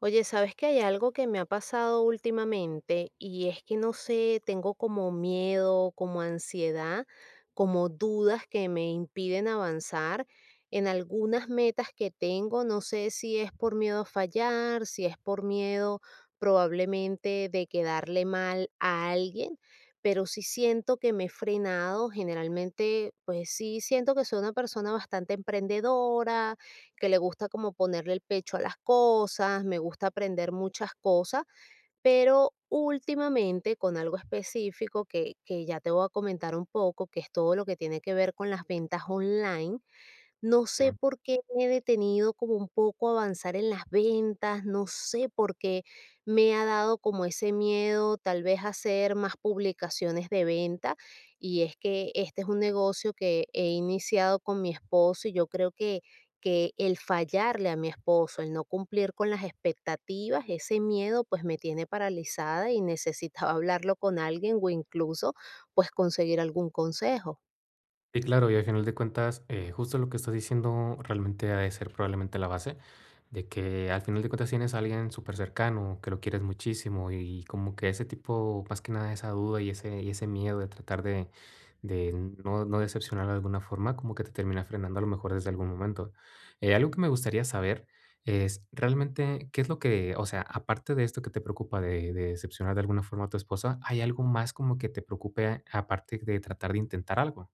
Oye, ¿sabes que hay algo que me ha pasado últimamente? Y es que no sé, tengo como miedo, como ansiedad, como dudas que me impiden avanzar en algunas metas que tengo. No sé si es por miedo a fallar, si es por miedo probablemente de quedarle mal a alguien, pero sí siento que me he frenado. Generalmente, pues sí, siento que soy una persona bastante emprendedora que le gusta como ponerle el pecho a las cosas, me gusta aprender muchas cosas, pero últimamente con algo específico que ya te voy a comentar un poco, que es todo lo que tiene que ver con las ventas online. No sé Eh, por qué me he detenido como un poco a avanzar en las ventas, no sé por qué me ha dado como ese miedo tal vez a hacer más publicaciones de venta. Y es que este es un negocio que he iniciado con mi esposo y yo creo que el fallarle a mi esposo, el no cumplir con las expectativas, ese miedo pues me tiene paralizada y necesitaba hablarlo con alguien o incluso pues conseguir algún consejo. Sí, claro, y al final de cuentas, justo lo que estás diciendo realmente ha de ser probablemente la base, de que al final de cuentas tienes a alguien súper cercano, que lo quieres muchísimo, y como que ese tipo, más que nada esa duda y ese miedo de tratar de no decepcionar de alguna forma, como que te termina frenando a lo mejor desde algún momento. Algo que me gustaría saber es realmente qué es lo que, o sea, aparte de esto que te preocupa de decepcionar de alguna forma a tu esposa, ¿hay algo más como que te preocupe aparte de tratar de intentar algo?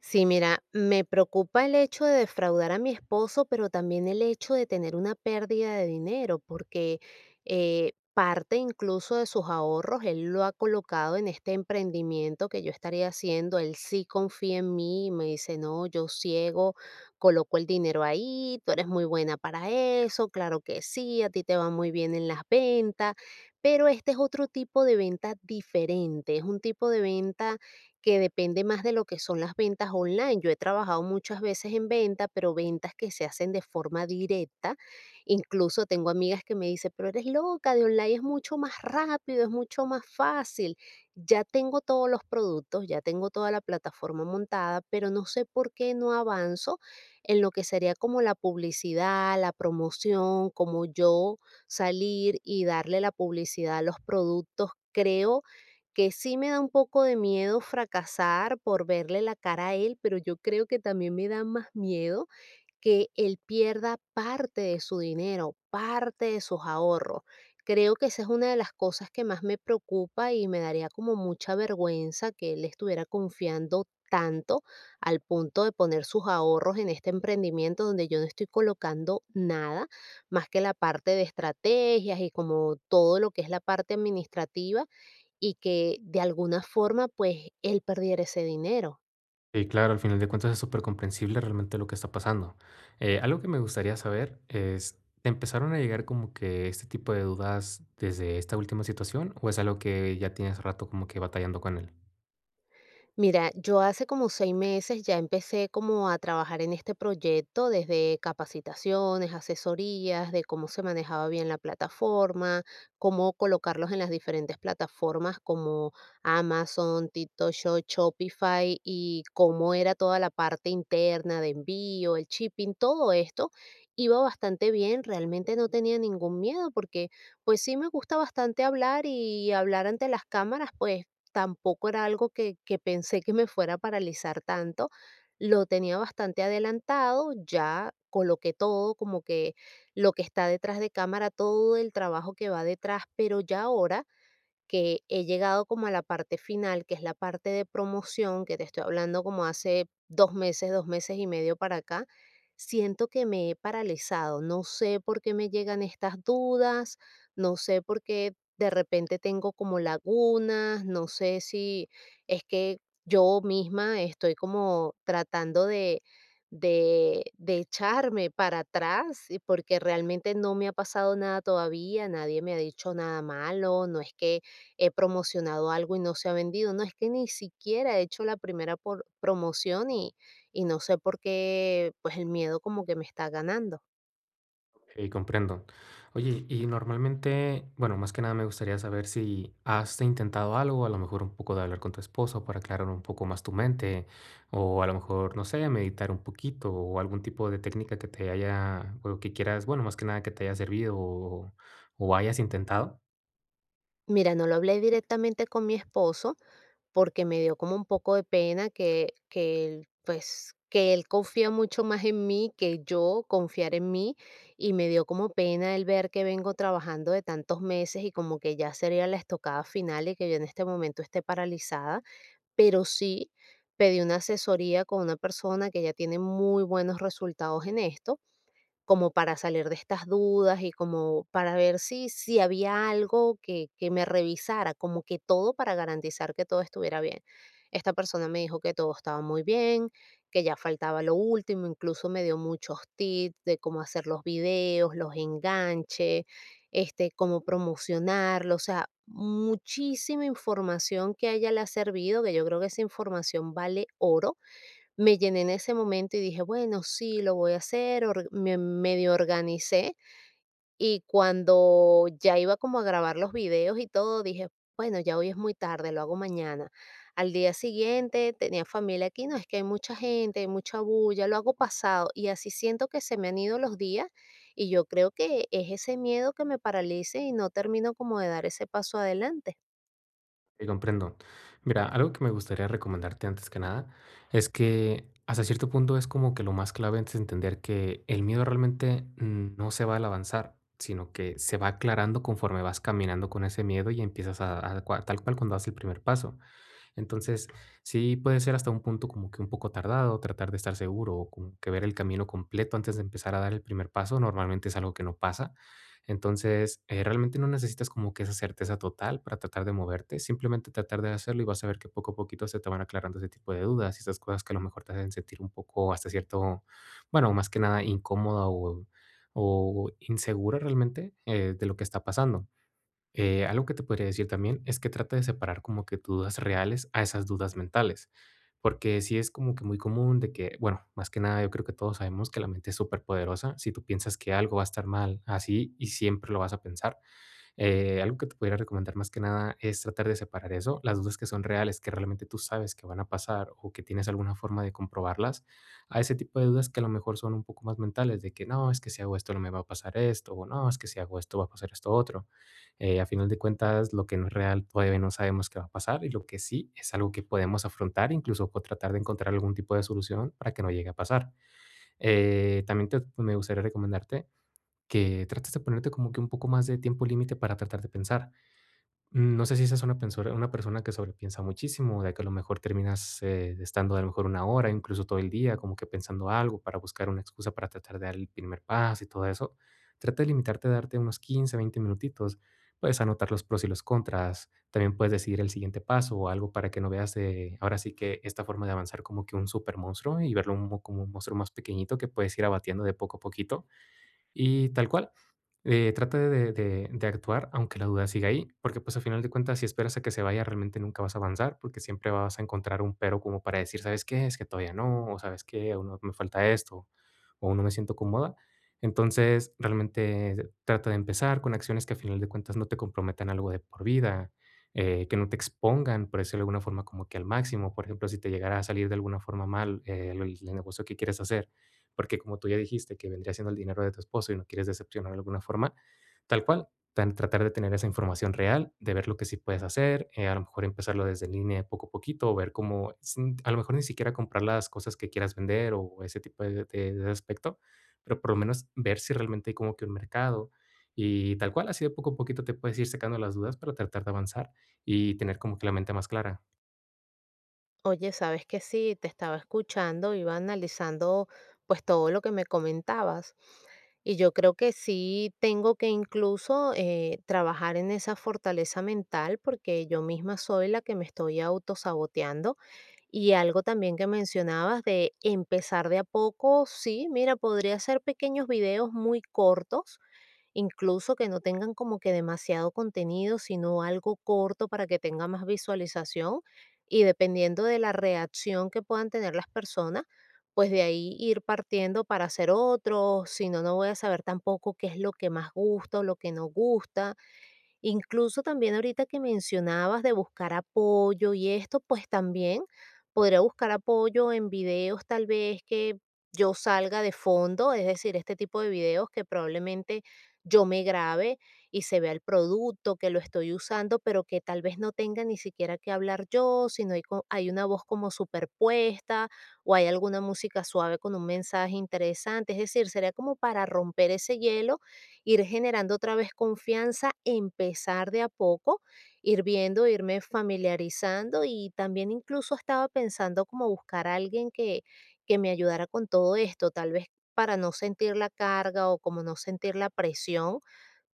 Sí, mira, me preocupa el hecho de defraudar a mi esposo, pero también el hecho de tener una pérdida de dinero, porque parte incluso de sus ahorros, él lo ha colocado en este emprendimiento que yo estaría haciendo. Él sí confía en mí y me dice: "No, yo ciego, coloco el dinero ahí, tú eres muy buena para eso, claro que sí, a ti te va muy bien en las ventas". Pero este es otro tipo de venta diferente, es un tipo de venta que depende más de lo que son las ventas online. Yo he trabajado muchas veces en venta, pero ventas que se hacen de forma directa. Incluso tengo amigas que me dicen: "Pero eres loca, de online es mucho más rápido, es mucho más fácil". Ya tengo todos los productos, ya tengo toda la plataforma montada, pero no sé por qué no avanzo en lo que sería como la publicidad, la promoción, como yo salir y darle la publicidad a los productos. Creo que sí me da un poco de miedo fracasar por verle la cara a él, pero yo creo que también me da más miedo que él pierda parte de su dinero, parte de sus ahorros. Creo que esa es una de las cosas que más me preocupa y me daría como mucha vergüenza que él estuviera confiando tanto al punto de poner sus ahorros en este emprendimiento donde yo no estoy colocando nada más que la parte de estrategias y como todo lo que es la parte administrativa y que de alguna forma pues él perdiera ese dinero. Sí, claro, al final de cuentas es súper comprensible realmente lo que está pasando. Algo que me gustaría saber es, ¿te empezaron a llegar como que este tipo de dudas desde esta última situación o es algo que ya tienes rato como que batallando con él? Mira, yo hace como 6 meses ya empecé como a trabajar en este proyecto desde capacitaciones, asesorías de cómo se manejaba bien la plataforma, cómo colocarlos en las diferentes plataformas como Amazon, TikTok Shop, Shopify y cómo era toda la parte interna de envío, el shipping. Todo esto iba bastante bien, realmente no tenía ningún miedo porque pues sí me gusta bastante hablar y hablar ante las cámaras. Pues tampoco era algo que pensé que me fuera a paralizar tanto. Lo tenía bastante adelantado, ya coloqué todo, como que lo que está detrás de cámara, todo el trabajo que va detrás, pero ya ahora que he llegado como a la parte final, que es la parte de promoción, que te estoy hablando como hace 2 meses, 2 meses y medio para acá, siento que me he paralizado. No sé por qué me llegan estas dudas, no sé por qué de repente tengo como lagunas, no sé si es que yo misma estoy como tratando de... De echarme para atrás, y porque realmente no me ha pasado nada todavía, nadie me ha dicho nada malo, no es que he promocionado algo y no se ha vendido. No, es que ni siquiera he hecho la primera promoción, y no sé por qué, pues el miedo como que me está ganando. Ok, comprendo. Oye, y normalmente, bueno, más que nada me gustaría saber si has intentado algo, a lo mejor un poco de hablar con tu esposo para aclarar un poco más tu mente, o a lo mejor, no sé, meditar un poquito, o algún tipo de técnica que te haya, o que quieras, bueno, más que nada que te haya servido o hayas intentado. Mira, no lo hablé directamente con mi esposo porque me dio como un poco de pena que él confía mucho más en mí que yo confiar en mí, y me dio como pena el ver que vengo trabajando de tantos meses y como que ya sería la estocada final y que yo en este momento esté paralizada. Pero sí pedí una asesoría con una persona que ya tiene muy buenos resultados en esto, como para salir de estas dudas y como para ver si había algo que me revisara, como que todo para garantizar que todo estuviera bien. Esta persona me dijo que todo estaba muy bien, que ya faltaba lo último, incluso me dio muchos tips de cómo hacer los videos, los enganches, este, cómo promocionarlo, o sea, muchísima información que a ella le ha servido, que yo creo que esa información vale oro. Me llené en ese momento y dije: "Bueno, sí, lo voy a hacer", or me medio organicé, y cuando ya iba como a grabar los videos y todo, dije: "Bueno, ya hoy es muy tarde, lo hago mañana". Al día siguiente tenía familia aquí: "No, es que hay mucha gente, hay mucha bulla", lo hago pasado, y así siento que se me han ido los días, y yo creo que es ese miedo que me paralice y no termino como de dar ese paso adelante. Sí, comprendo. Mira, algo que me gustaría recomendarte antes que nada es que hasta cierto punto es como que lo más clave es entender que el miedo realmente no se va al avanzar, sino que se va aclarando conforme vas caminando con ese miedo y empiezas tal cual cuando das el primer paso. Entonces, sí puede ser hasta un punto como que un poco tardado, tratar de estar seguro o como que ver el camino completo antes de empezar a dar el primer paso. Normalmente es algo que no pasa. Entonces, realmente no necesitas como que esa certeza total para tratar de moverte, simplemente tratar de hacerlo y vas a ver que poco a poquito se te van aclarando ese tipo de dudas y esas cosas que a lo mejor te hacen sentir un poco hasta cierto, bueno, más que nada incómoda o insegura realmente de lo que está pasando. Algo que te podría decir también es que trata de separar como que tus dudas reales a esas dudas mentales, porque sí es como que muy común de que, bueno, más que nada yo creo que todos sabemos que la mente es súper poderosa, si tú piensas que algo va a estar mal así y siempre lo vas a pensar, algo que te pudiera recomendar más que nada es tratar de separar eso, las dudas que son reales, que realmente tú sabes que van a pasar o que tienes alguna forma de comprobarlas, a ese tipo de dudas que a lo mejor son un poco más mentales, de que no, es que si hago esto no me va a pasar esto, o no, es que si hago esto va a pasar esto otro. A final de cuentas, lo que no es real todavía no sabemos qué va a pasar y lo que sí es algo que podemos afrontar, incluso tratar de encontrar algún tipo de solución para que no llegue a pasar. También me gustaría recomendarte que trates de ponerte como que un poco más de tiempo límite para tratar de pensar. No sé si seas una persona que sobrepiensa muchísimo, de que a lo mejor terminas estando a lo mejor una hora, incluso todo el día, como que pensando algo para buscar una excusa para tratar de dar el primer paso y todo eso. Trata de limitarte a darte unos 15 20 minutitos. Puedes anotar los pros y los contras. También puedes decidir el siguiente paso o algo para que no veas de ahora sí que esta forma de avanzar como que un super monstruo y verlo como un monstruo más pequeñito que puedes ir abatiendo de poco a poquito y tal cual, trata de actuar, aunque la duda siga ahí, porque, pues, a final de cuentas, si esperas a que se vaya, realmente nunca vas a avanzar, porque siempre vas a encontrar un pero como para decir: "¿Sabes qué? Es que todavía no", o "¿Sabes qué? Aún no me falta esto", o "Aún no me siento cómoda". Entonces, realmente trata de empezar con acciones que a final de cuentas no te comprometan algo de por vida, que no te expongan, por decirlo de alguna forma, como que al máximo. Por ejemplo, si te llegara a salir de alguna forma mal el negocio que quieres hacer, porque como tú ya dijiste que vendría siendo el dinero de tu esposo y no quieres decepcionar de alguna forma, tal cual, tratar de tener esa información real, de ver lo que sí puedes hacer, a lo mejor empezarlo desde en línea poco a poquito, o ver cómo, a lo mejor ni siquiera comprar las cosas que quieras vender o ese tipo de aspecto, pero por lo menos ver si realmente hay como que un mercado. Y tal cual, así de poco a poquito te puedes ir sacando las dudas para tratar de avanzar y tener como que la mente más clara. Oye, sabes que sí, te estaba escuchando, iba analizando pues todo lo que me comentabas, y yo creo que sí tengo que incluso trabajar en esa fortaleza mental, porque yo misma soy la que me estoy autosaboteando. Y algo también que mencionabas de empezar de a poco, sí, mira, podría hacer pequeños videos muy cortos, incluso que no tengan como que demasiado contenido, sino algo corto para que tenga más visualización, y dependiendo de la reacción que puedan tener las personas, pues de ahí ir partiendo para hacer otros, si no, no voy a saber tampoco qué es lo que más gusta o lo que no gusta. Incluso también ahorita que mencionabas de buscar apoyo y esto, pues también podría buscar apoyo en videos tal vez que yo salga de fondo, es decir, este tipo de videos que probablemente yo me grabe y se vea el producto que lo estoy usando, pero que tal vez no tenga ni siquiera que hablar yo, sino hay una voz como superpuesta o hay alguna música suave con un mensaje interesante, es decir, sería como para romper ese hielo, ir generando otra vez confianza, empezar de a poco, ir viendo, irme familiarizando. Y también incluso estaba pensando como buscar a alguien que me ayudara con todo esto, tal vez para no sentir la carga o como no sentir la presión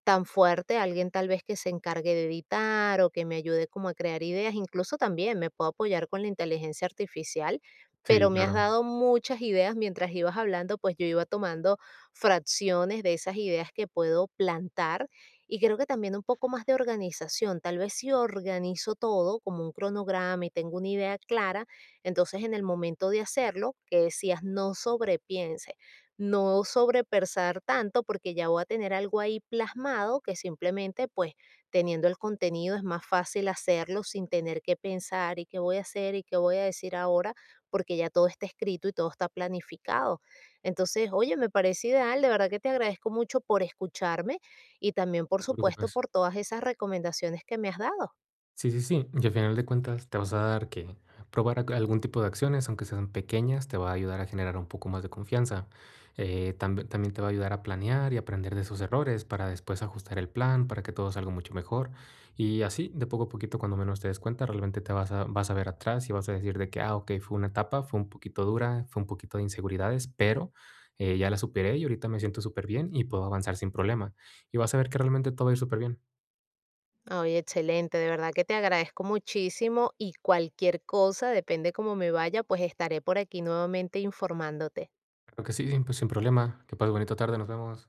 tan fuerte, alguien tal vez que se encargue de editar o que me ayude como a crear ideas, incluso también me puedo apoyar con la inteligencia artificial, pero Sí, me has claro, dado muchas ideas mientras ibas hablando, pues yo iba tomando fracciones de esas ideas que puedo plantar. Y creo que también un poco más de organización, tal vez si organizo todo como un cronograma y tengo una idea clara, entonces en el momento de hacerlo, que decías, no sobrepensar tanto porque ya voy a tener algo ahí plasmado que simplemente pues teniendo el contenido es más fácil hacerlo sin tener que pensar y qué voy a hacer y qué voy a decir ahora porque ya todo está escrito y todo está planificado. Entonces, oye, me parece ideal, de verdad que te agradezco mucho por escucharme y también por no te supuesto preocupes. por todas esas recomendaciones que me has dado. Sí, sí, sí. Y al final de cuentas te vas a dar que probar algún tipo de acciones, aunque sean pequeñas, te va a ayudar a generar un poco más de confianza. Tamb- también te va a ayudar a planear y aprender de sus errores para después ajustar el plan, para que todo salga mucho mejor. Y así, de poco a poquito, cuando menos te des cuenta, realmente vas a ver atrás y vas a decir de que, ah, ok, fue una etapa, fue un poquito dura, fue un poquito de inseguridades, pero ya la superé y ahorita me siento súper bien y puedo avanzar sin problema. Y vas a ver que realmente todo va a ir súper bien. Ay, excelente, de verdad que te agradezco muchísimo y cualquier cosa, depende cómo me vaya, pues estaré por aquí nuevamente informándote. Creo que sí, sin problema. Que pases bonita tarde, nos vemos.